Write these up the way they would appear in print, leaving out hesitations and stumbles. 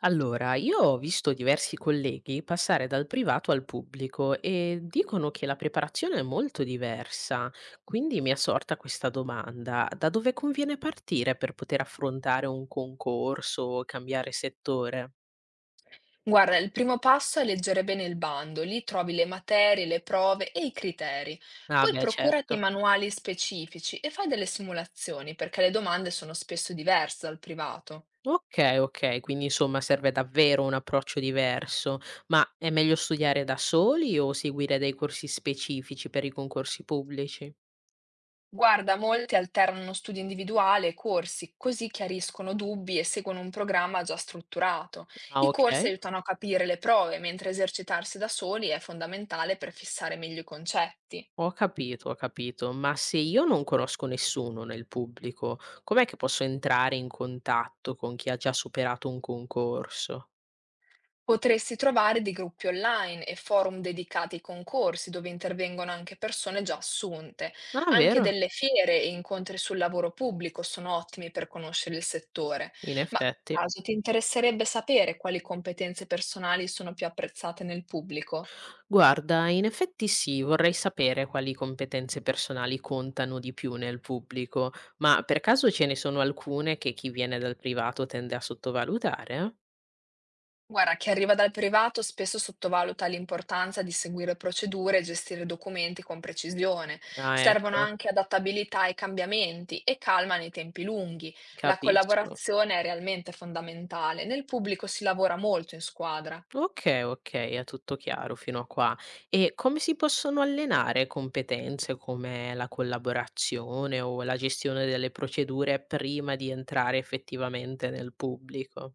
Allora, io ho visto diversi colleghi passare dal privato al pubblico e dicono che la preparazione è molto diversa, quindi mi è sorta questa domanda: da dove conviene partire per poter affrontare un concorso o cambiare settore? Guarda, il primo passo è leggere bene il bando, lì trovi le materie, le prove e i criteri. Ah, Poi beh, procurati i certo. manuali specifici e fai delle simulazioni, perché le domande sono spesso diverse dal privato. Ok, ok, quindi insomma serve davvero un approccio diverso, ma è meglio studiare da soli o seguire dei corsi specifici per i concorsi pubblici? Guarda, molti alternano studi individuali e corsi, così chiariscono dubbi e seguono un programma già strutturato. Ah, I ok. corsi aiutano a capire le prove, mentre esercitarsi da soli è fondamentale per fissare meglio i concetti. Ho capito, ma se io non conosco nessuno nel pubblico, com'è che posso entrare in contatto con chi ha già superato un concorso? Potresti trovare dei gruppi online e forum dedicati ai concorsi dove intervengono anche persone già assunte. Ah, Anche vero? delle fiere e incontri sul lavoro pubblico sono ottimi per conoscere il settore. In Ma per effetti. caso ti interesserebbe sapere quali competenze personali sono più apprezzate nel pubblico? Guarda, in effetti sì, vorrei sapere quali competenze personali contano di più nel pubblico, ma per caso ce ne sono alcune che chi viene dal privato tende a sottovalutare? Guarda, chi arriva dal privato spesso sottovaluta l'importanza di seguire procedure e gestire documenti con precisione. Ah, Servono ecco, anche adattabilità ai cambiamenti e calma nei tempi lunghi. La capisco. collaborazione è realmente fondamentale. Nel pubblico si lavora molto in squadra. Okay, okay, è tutto chiaro fino a qua. E come si possono allenare competenze come la collaborazione o la gestione delle procedure prima di entrare effettivamente nel pubblico?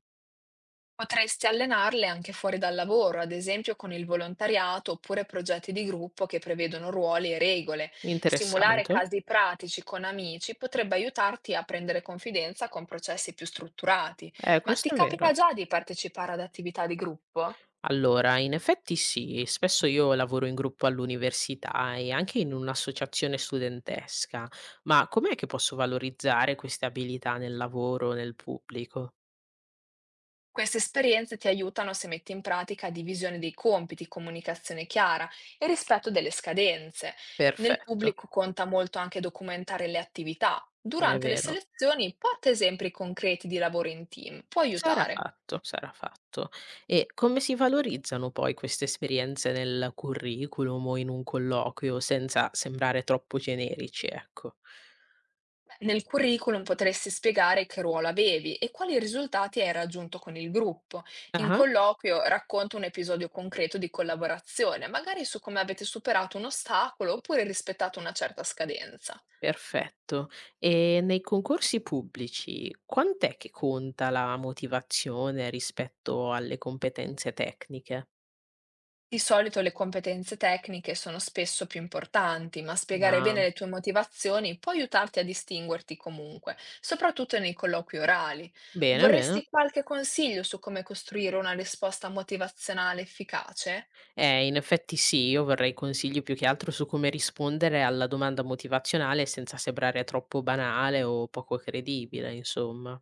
Potresti allenarle anche fuori dal lavoro, ad esempio con il volontariato oppure progetti di gruppo che prevedono ruoli e regole. Simulare Interessante. casi pratici con amici potrebbe aiutarti a prendere confidenza con processi più strutturati. Ma ti Questo è vero. capita già di partecipare ad attività di gruppo? Allora, in effetti sì, spesso io lavoro in gruppo all'università e anche in un'associazione studentesca, ma com'è che posso valorizzare queste abilità nel lavoro, nel pubblico? Queste esperienze ti aiutano se metti in pratica divisione dei compiti, comunicazione chiara e rispetto delle scadenze. Nel Perfetto, pubblico conta molto anche documentare le attività. è Durante le vero. selezioni porta esempi concreti di lavoro in team, può Sarà aiutare. fatto, sarà fatto. E come si valorizzano poi queste esperienze nel curriculum o in un colloquio senza sembrare troppo generici, ecco? Nel curriculum potresti spiegare che ruolo avevi e quali risultati hai raggiunto con il gruppo. In Ah-ah, colloquio racconta un episodio concreto di collaborazione, magari su come avete superato un ostacolo oppure rispettato una certa scadenza. perfetto. E nei concorsi pubblici quant'è che conta la motivazione rispetto alle competenze tecniche? Di solito le competenze tecniche sono spesso più importanti, ma spiegare Ah, bene le tue motivazioni può aiutarti a distinguerti comunque, soprattutto nei colloqui orali. bene, bene. Vorresti qualche consiglio su come costruire una risposta motivazionale efficace? In effetti sì, io vorrei consigli più che altro su come rispondere alla domanda motivazionale senza sembrare troppo banale o poco credibile, insomma.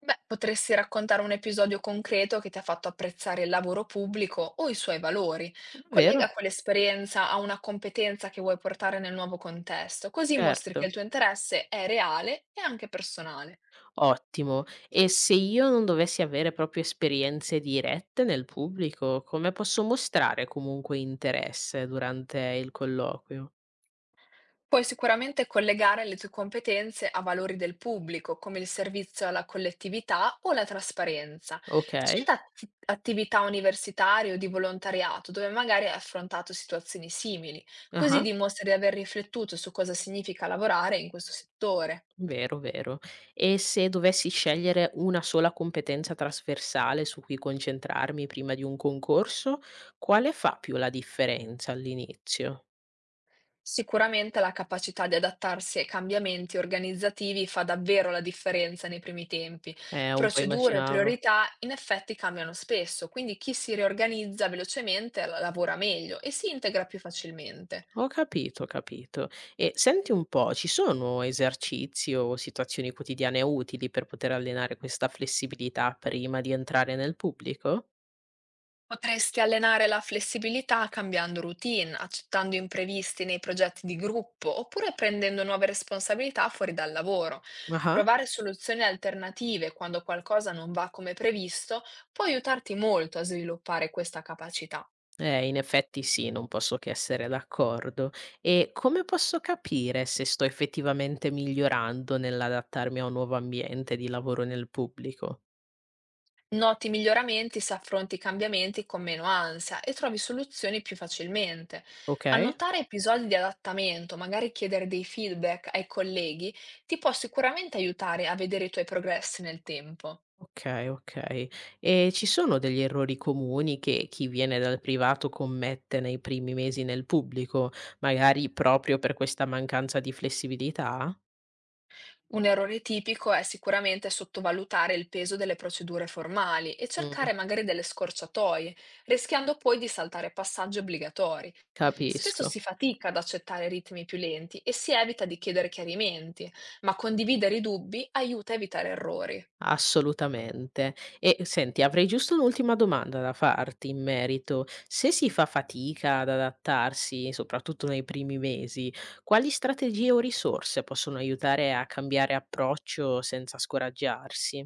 Beh, potresti raccontare un episodio concreto che ti ha fatto apprezzare il lavoro pubblico o i suoi valori. Vero? Collega quell'esperienza a una competenza che vuoi portare nel nuovo contesto, così mostri che Certo. il tuo interesse è reale e anche personale. Ottimo. E se io non dovessi avere proprio esperienze dirette nel pubblico, come posso mostrare comunque interesse durante il colloquio? Puoi sicuramente collegare le tue competenze a valori del pubblico, come il servizio alla collettività o la trasparenza. Ok. Cita attività universitarie o di volontariato, dove magari hai affrontato situazioni simili, così Ah. dimostri di aver riflettuto su cosa significa lavorare in questo settore. Vero, vero. E se dovessi scegliere una sola competenza trasversale su cui concentrarmi prima di un concorso, quale fa più la differenza all'inizio? Sicuramente la capacità di adattarsi ai cambiamenti organizzativi fa davvero la differenza nei primi tempi. Un po' Procedure e immaginavo. priorità in effetti cambiano spesso, quindi chi si riorganizza velocemente lavora meglio e si integra più facilmente. Ho capito, ho capito. E senti un po', ci sono esercizi o situazioni quotidiane utili per poter allenare questa flessibilità prima di entrare nel pubblico? Potresti allenare la flessibilità cambiando routine, accettando imprevisti nei progetti di gruppo oppure prendendo nuove responsabilità fuori dal lavoro. Ah. Provare soluzioni alternative quando qualcosa non va come previsto può aiutarti molto a sviluppare questa capacità. In effetti sì, non posso che essere d'accordo. E come posso capire se sto effettivamente migliorando nell'adattarmi a un nuovo ambiente di lavoro nel pubblico? Noti miglioramenti se affronti i cambiamenti con meno ansia e trovi soluzioni più facilmente. Ok? Annotare episodi di adattamento, magari chiedere dei feedback ai colleghi, ti può sicuramente aiutare a vedere i tuoi progressi nel tempo. Ok, ok. E ci sono degli errori comuni che chi viene dal privato commette nei primi mesi nel pubblico, magari proprio per questa mancanza di flessibilità? Un errore tipico è sicuramente sottovalutare il peso delle procedure formali e Mm, cercare magari delle scorciatoie, rischiando poi di saltare passaggi obbligatori. Spesso capisco. si fatica ad accettare ritmi più lenti e si evita di chiedere chiarimenti, ma condividere i dubbi aiuta a evitare errori. Assolutamente. E senti, avrei giusto un'ultima domanda da farti in merito. Se si fa fatica ad adattarsi, soprattutto nei primi mesi, quali strategie o risorse possono aiutare a cambiare approccio senza scoraggiarsi?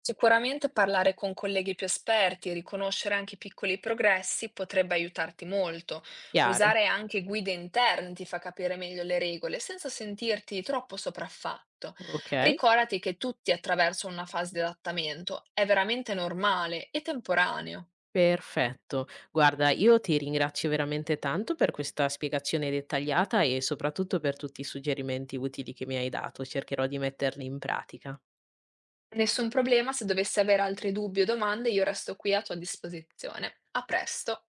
Sicuramente parlare con colleghi più esperti e riconoscere anche i piccoli progressi potrebbe aiutarti molto. Chiaro? Usare anche guide interne ti fa capire meglio le regole senza sentirti troppo sopraffatto. Ok. Ricordati che tutti attraversano una fase di adattamento, è veramente normale e temporaneo. Perfetto. Guarda, io ti ringrazio veramente tanto per questa spiegazione dettagliata e soprattutto per tutti i suggerimenti utili che mi hai dato. Cercherò di metterli in pratica. Nessun problema, se dovessi avere altri dubbi o domande, io resto qui a tua disposizione. A presto!